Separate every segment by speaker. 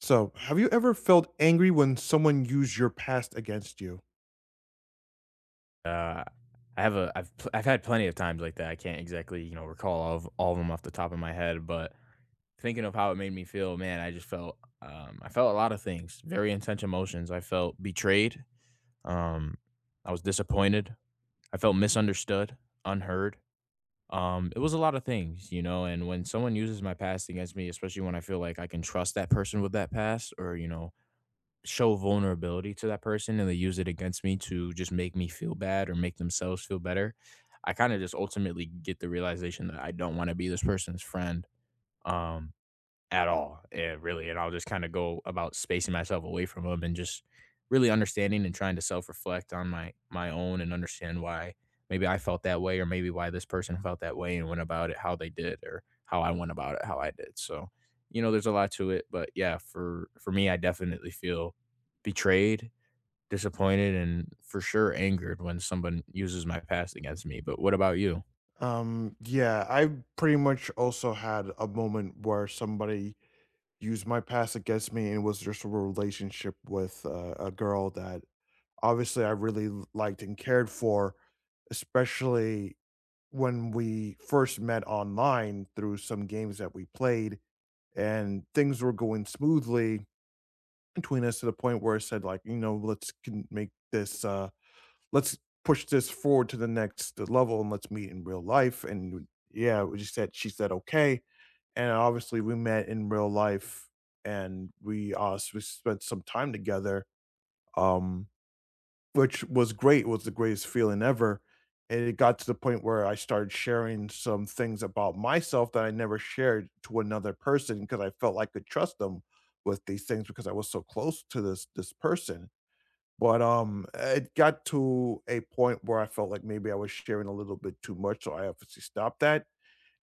Speaker 1: So, have you ever felt angry when someone used your past against you?
Speaker 2: Uh, I have a I've had plenty of times like that. I can't exactly, you know, recall all of them off the top of my head, but thinking of how it made me feel, man, I just felt I felt a lot of things, very intense emotions. I felt betrayed. Um I was disappointed. I felt misunderstood, unheard. It was a lot of things, you know, and when someone uses my past against me, especially when I feel like I can trust that person with that past or, you know, show vulnerability to that person and they use it against me to just make me feel bad or make themselves feel better, I kind of just ultimately get the realization that I don't want to be this person's friend. Um, at all, and really, and I'll just kind of go about spacing myself away from them and just really understanding and trying to self reflect on my own and understand why maybe I felt that way or maybe why this person felt that way and went about it how they did or how I went about it how I did. So, you know, there's a lot to it, but yeah, for me, I definitely feel betrayed, disappointed, and for sure angered when someone uses my past against me. But what about you?
Speaker 1: Yeah, I pretty much also had a moment where somebody used my past against me, and it was just a relationship with a girl that obviously I really liked and cared for, especially when we first met online through some games that we played and things were going smoothly between us, to the point where I said, like, you know, let's push this forward to the next level and let's meet in real life. And yeah, we just said she said okay, and obviously we met in real life and we we spent some time together, um, which was great. It was the greatest feeling ever. And it got to the point where I started sharing some things about myself that I never shared to another person, because I felt like I could trust them with these things, because I was so close to this person. But, it got to a point where I felt like maybe I was sharing a little bit too much, so I obviously stopped that.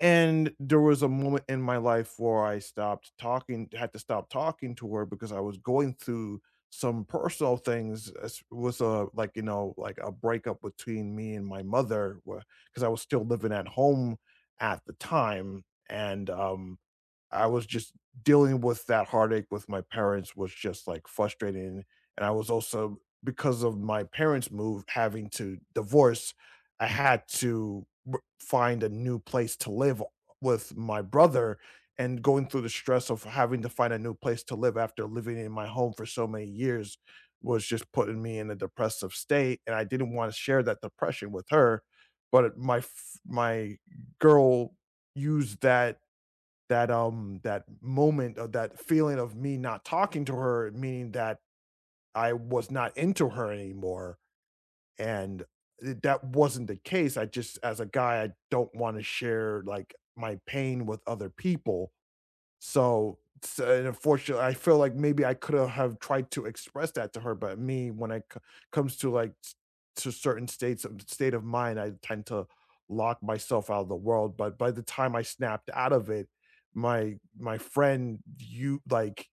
Speaker 1: And there was a moment in my life where I stopped talking had to stop talking to her, because I was going through some personal things, as with a, like, you know, like a breakup between me and my mother, because I was still living at home at the time. And, I was just dealing with that heartache with my parents. Was just, like, frustrating. And I was also, because of my parents' move having to divorce, I had to r find a new place to live with my brother, and going through the stress of having to find a new place to live after living in my home for so many years was just putting me in a depressive state, and I didn't wanna share that depression with her. But my girl used that that moment, of that feeling of me not talking to her, meaning that I was not into her anymore. And that wasn't the case. I just, as a guy, I don't want to share, like, my pain with other people. So, s And unfortunately, I feel like maybe I coulda have tried to express that to her, but me, when it c comes to, like, s to certain state of mind, I tend to lock myself out of the world. But by the time I snapped out of it, my my friend, you like,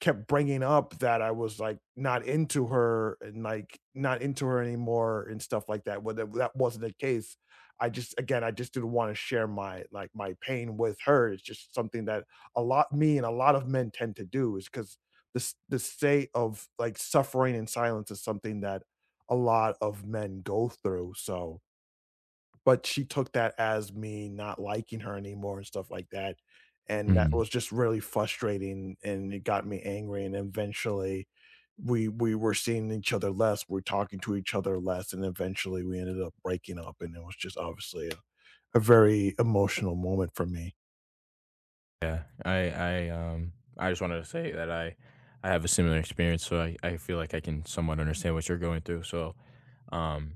Speaker 1: kept bringing up that I was, like, not into her and, like, not into her anymore and stuff like that. Well, that wasn't the case. I just, again, I just didn't wanna share my, like, my pain with her. It's just something that a lot of men tend to do. Is because this, the state of, like, suffering in silence is something that a lot of men go through. So, but she took that as me not liking her anymore and stuff like that, and that was just really frustrating, and it got me angry. And eventually, we were seeing each other less, we're talking to each other less, and eventually we ended up breaking up, and it was just obviously a very emotional moment for me.
Speaker 2: Yeah, I I just wanted to say that I have a similar experience, so I feel like I can somewhat understand what you're going through. So, um,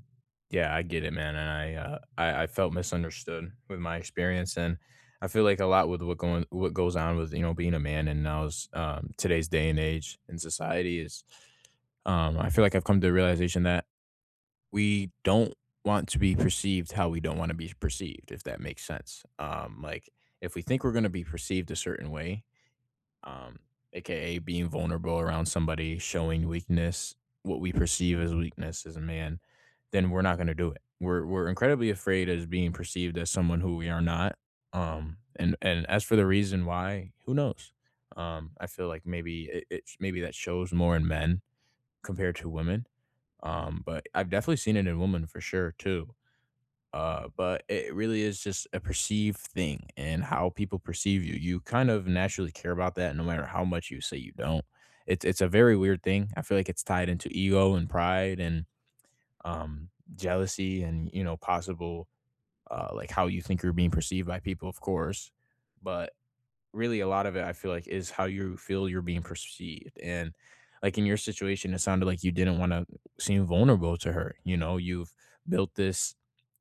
Speaker 2: yeah, I get it, man, and I I felt misunderstood with my experience, and I feel like a lot with what goes on with you know being a man in now's today's day and age in society is I feel like I've come to the realization that we don't want to be perceived how we don't want to be perceived, if that makes sense. Like if we think we're going to be perceived a certain way, um, aka being vulnerable around somebody, showing weakness, what we perceive as weakness as a man, then we're not going to do it. We're incredibly afraid as being perceived as someone who we are not. And as for the reason why, who knows? I feel like maybe it maybe that shows more in men compared to women, but I've definitely seen it in women for sure too. But it really is just a perceived thing and how people perceive you. You kind of naturally care about that no matter how much you say you don't. It's a very weird thing. I feel like it's tied into ego and pride and um jealousy and you know possible like how you think you're being perceived by people, of course. But really a lot of it I feel like is how you feel you're being perceived. And like in your situation, it sounded like you didn't want to seem vulnerable to her. You know, you've built this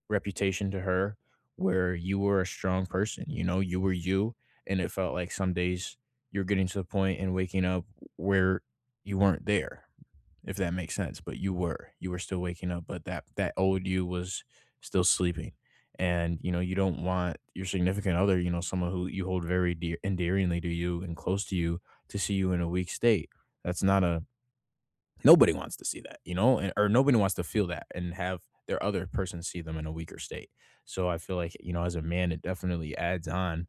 Speaker 2: reputation to her where you were a strong person, you know, you were you. And it felt like some days you're getting to the point and waking up where you weren't there, if that makes sense. But you were still waking up, but that old you was still sleeping. And you know, you don't want your significant other, you know, someone who you hold very dear endearingly to you and close to you to see you in a weak state. That's not a nobody wants to see that, you know, and, or nobody wants to feel that and have their other person see them in a weaker state. So I feel like, you know, as a man, it definitely adds on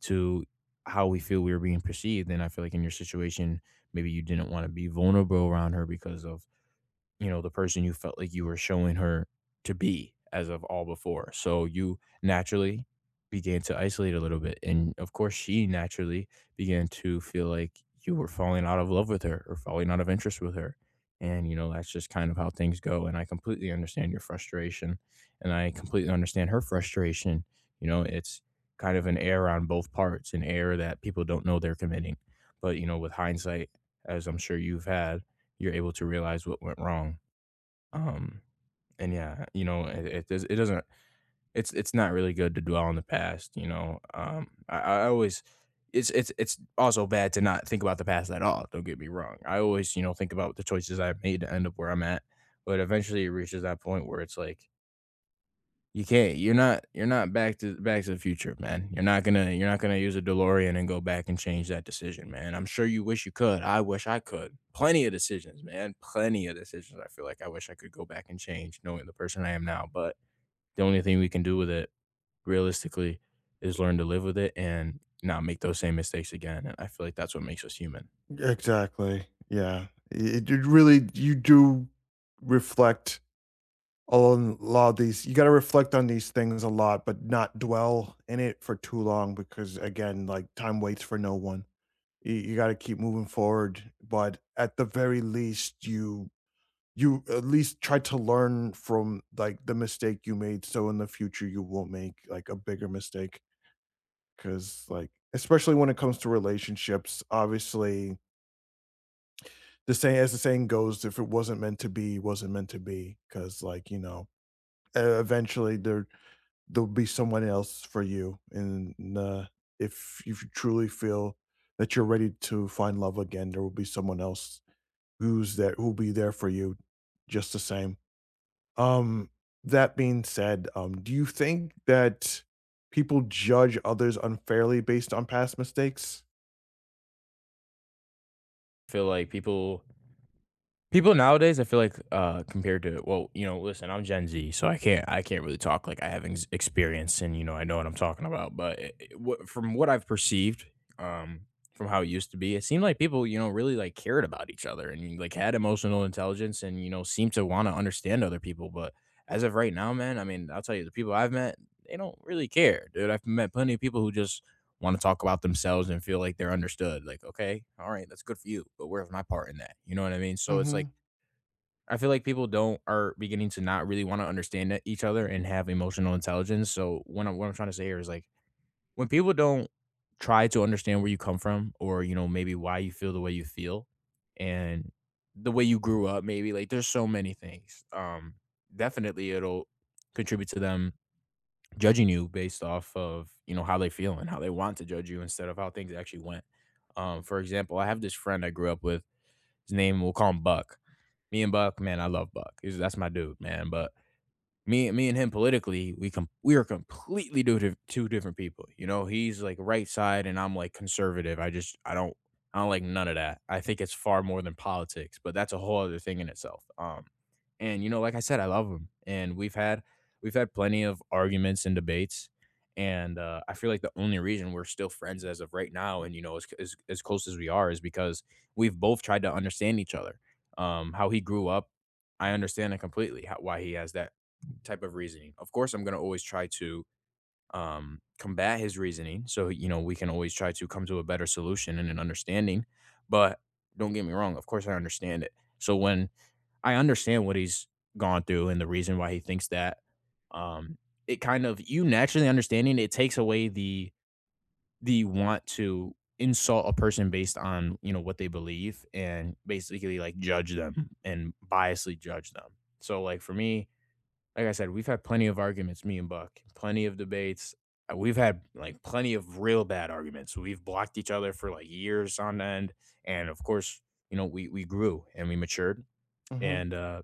Speaker 2: to how we feel we are being perceived. And I feel like in your situation, maybe you didn't want to be vulnerable around her because of you know, the person you felt like you were showing her to be as of all before. So you naturally began to isolate a little bit. And of course, she naturally began to feel like you were falling out of love with her or falling out of interest with her. And, you know, that's just kind of how things go. And I completely understand your frustration. And I completely understand her frustration. You know, it's kind of an error on both parts, an error that people don't know they're committing. But, you know, with hindsight, as I'm sure you've had, you're able to realize what went wrong, um, and yeah, you know, it doesn't it's not really good to dwell on the past, you know. Um, I always it's also bad to not think about the past at all, don't get me wrong. I always, you know, think about the choices I've made to end up where I'm at, but eventually it reaches that point where it's like you can't. You're not back to the future, man. You're not gonna use a DeLorean and go back and change that decision, man. I'm sure you wish you could. I wish I could. Plenty of decisions, man. Plenty of decisions. I feel like I wish I could go back and change knowing the person I am now. But the only thing we can do with it realistically is learn to live with it and not make those same mistakes again. And I feel like that's what makes us human.
Speaker 1: Exactly, yeah. It really, you do reflect a lot of these, you got to reflect on these things a lot, but not dwell in it for too long, because again, like, time waits for no one. You got to keep moving forward, but at the very least, you at least try to learn from, like, the mistake you made, so in the future you won't make like a bigger mistake, because like, especially when it comes to relationships, obviously, the saying as the saying goes, if it wasn't meant to be, it wasn't meant to be, because like, you know, eventually there'll be someone else for you, and, if you truly feel that you're ready to find love again, there will be someone else who'll be there for you just the same. Um, that being said, do you think that people judge others unfairly based on past mistakes?
Speaker 2: I feel like people People nowadays, I feel like, compared to well, you know, listen, I'm Gen Z, so I can't really talk like I have experience and you know, I know what I'm talking about. But from what I've perceived, um, from how it used to be, it seemed like people, you know, really like cared about each other and like had emotional intelligence and you know, seemed to want to understand other people. But as of right now, man, I mean, I'll tell you, the people I've met, they don't really care, dude. I've met plenty of people who just want to talk about themselves and feel like they're understood. Like, okay, all right, that's good for you, but where's my part in that? You know what I mean? So it's like
Speaker 1: Mhm,
Speaker 2: I feel like people don't are beginning to not really want to understand each other and have emotional intelligence. So when I'm what I'm trying to say here is like when people don't try to understand where you come from or you know maybe why you feel the way you feel and the way you grew up maybe like there's so many things, definitely it'll contribute to them judging you based off of you know how they feel and how they want to judge you instead of how things actually went. For example, I have this friend I grew up with. His name, we'll call him Buck. Me and Buck, man, I love Buck. He's, that's my dude, man. But me and him politically we are completely two different people. You know, he's like right side and I'm like conservative. I don't like none of that. I think it's far more than politics, but that's a whole other thing in itself. And you know like I said, I love him and we've had plenty of arguments and debates, and I feel like the only reason we're still friends as of right now and you know as close as we are is because we've both tried to understand each other, how he grew up. I understand it completely why he has that type of reasoning. Of course, I'm going to always try to, combat his reasoning. So, you know, we can always try to come to a better solution and an understanding. But don't get me wrong, of course, I understand it. So, when I understand what he's gone through and the reason why he thinks that, um, it kind of, you naturally understanding it takes away the want to insult a person based on, you know, what they believe and basically like judge them and biasly judge them. So, like, for me, like I said, we've had plenty of arguments, me and Buck, plenty of debates. We've had like plenty of real bad arguments. We've blocked each other for like years on end. And of course, you know, we grew and we matured.
Speaker 1: mhm.
Speaker 2: And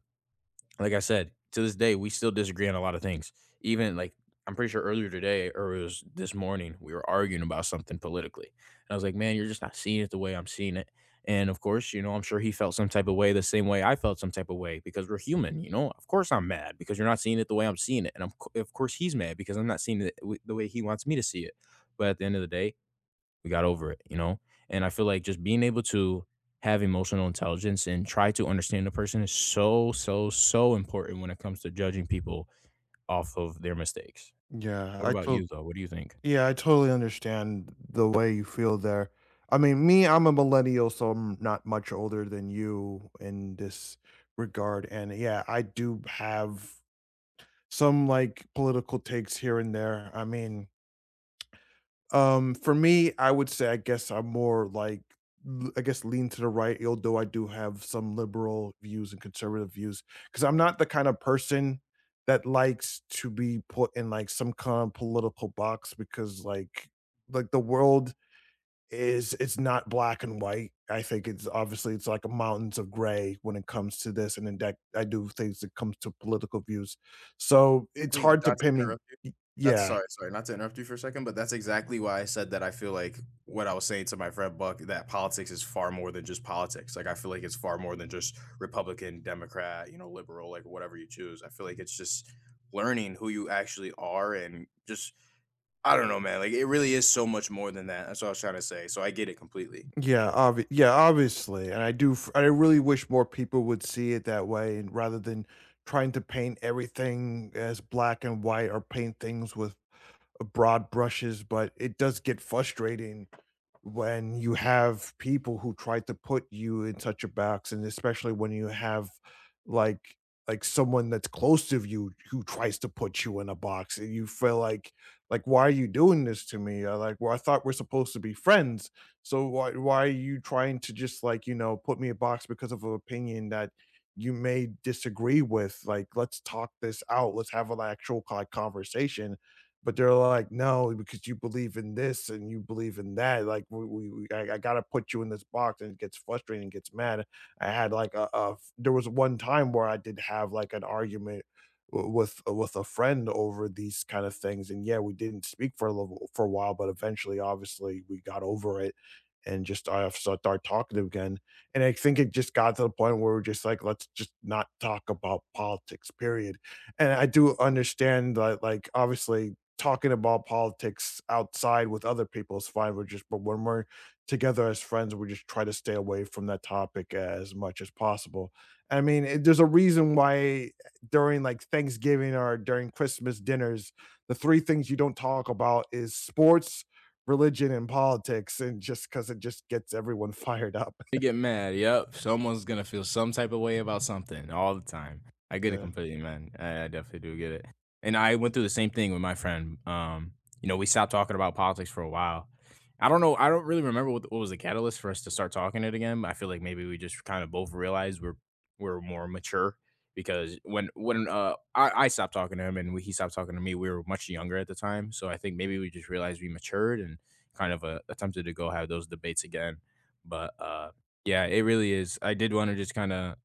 Speaker 2: like I said, to this day, we still disagree on a lot of things. Even like I'm pretty sure earlier today, or it was this morning, we were arguing about something politically. And I was like, man, you're just not seeing it the way I'm seeing it. And of course, you know, I'm sure he felt some type of way the same way I felt some type of way because we're human, you know. Of course, I'm mad because you're not seeing it the way I'm seeing it. And of course, he's mad because I'm not seeing it the way he wants me to see it. But at the end of the day, we got over it, you know? And I feel like just being able to have emotional intelligence and try to understand a person is so, so, so important when it comes to judging people off of their mistakes.
Speaker 1: Yeah,
Speaker 2: What
Speaker 1: I
Speaker 2: about
Speaker 1: totally
Speaker 2: you, though? What do you think?
Speaker 1: Yeah, I totally understand the way you feel there. I mean, me, I'm a millennial, so I'm not much older than you in this regard. And yeah, I do have some like political takes here and there. I mean, for me, I would say I guess I'm more like I guess lean to the right, although I do have some liberal views and conservative views, because I'm not the kind of person that likes to be put in like some kind of political box, because like the world is, it's not black and white. I think it's obviously, it's like a mountains of gray when it comes to this and then that I do things that comes to political views. So it's
Speaker 2: Lee,
Speaker 1: hard to
Speaker 2: not to
Speaker 1: pin me.
Speaker 2: interrupt you. That's
Speaker 1: Yeah.
Speaker 2: Sorry, not to interrupt you for a second, but that's exactly why I said that I feel like what I was saying to my friend Buck, that politics is far more than just politics. Like I feel like it's far more than just Republican, Democrat, you know, liberal, like whatever you choose. I feel like it's just learning who you actually are and just I don't know, man. Like it really is so much more than that. That's what I was trying to say. So I get it completely.
Speaker 1: Yeah, obviously, and I do. I really wish more people would see it that way, and rather than trying to paint everything as black and white or paint things with broad brushes. But it does get frustrating when you have people who try to put you in such a box, and especially when you have like like someone that's close to you who tries to put you in a box, and you feel like, why are you doing this to me? Or like, well, I thought we're supposed to be friends, so why are you trying to just, like, you know, put me in a box because of an opinion that you may disagree with? Like, let's talk this out. Let's have an actual like conversation. But they're like, "No, because you believe in this and you believe in that. Like, we I gotta put you in this box," and it gets frustrating and gets mad. I had like a there was one time where I did have like an argument with a friend over these kind of things, and yeah, we didn't speak for a little for a while, but eventually, obviously, we got over it and just I start talking again. And I think it just got to the point where we're just like, let's just not talk about politics, period. And I do understand that, like, obviously, talking about politics outside with other people is fine. We're just, but when we're together as friends, we just try to stay away from that topic as much as possible. I mean, it, there's a reason why during like Thanksgiving or during Christmas dinners, the three things you don't talk about is sports, religion, and politics, and just because it just gets everyone fired up.
Speaker 2: They get mad. Yep. Someone's gonna feel some type of way about something all the time. I get it
Speaker 1: Yeah.
Speaker 2: completely, man. I definitely do get it. And I went through the same thing with my friend. You know, we stopped talking about politics for a while. I don't know. I don't really remember what was the catalyst for us to start talking it again. But I feel like maybe we just kind of both realized we're more mature because when I stopped talking to him and he stopped talking to me, we were much younger at the time. So I think maybe we just realized we matured and kind of, attempted to go have those debates again. But yeah, it really is. I did wanna just kinda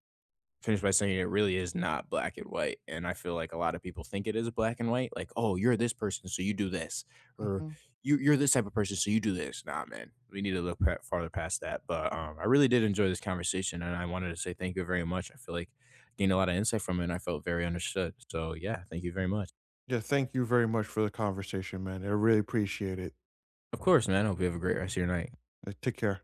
Speaker 2: finish by saying it really is not black and white, and I feel like a lot of people think it is black and white, like, "Oh, you're this person, so you do this," or,
Speaker 1: Mhm.
Speaker 2: "You you're this type of person, so you do this." Nah, man, we need to look pa farther past that, but, I really did enjoy this conversation, and I wanted to say thank you very much. I feel like I gained a lot of insight from it, and I felt very understood, so, yeah, thank you very much.
Speaker 1: Yeah. Thank you very much for the conversation, man. I really appreciate it.
Speaker 2: Of course, man. I hope you have a great rest of your night.
Speaker 1: Take care.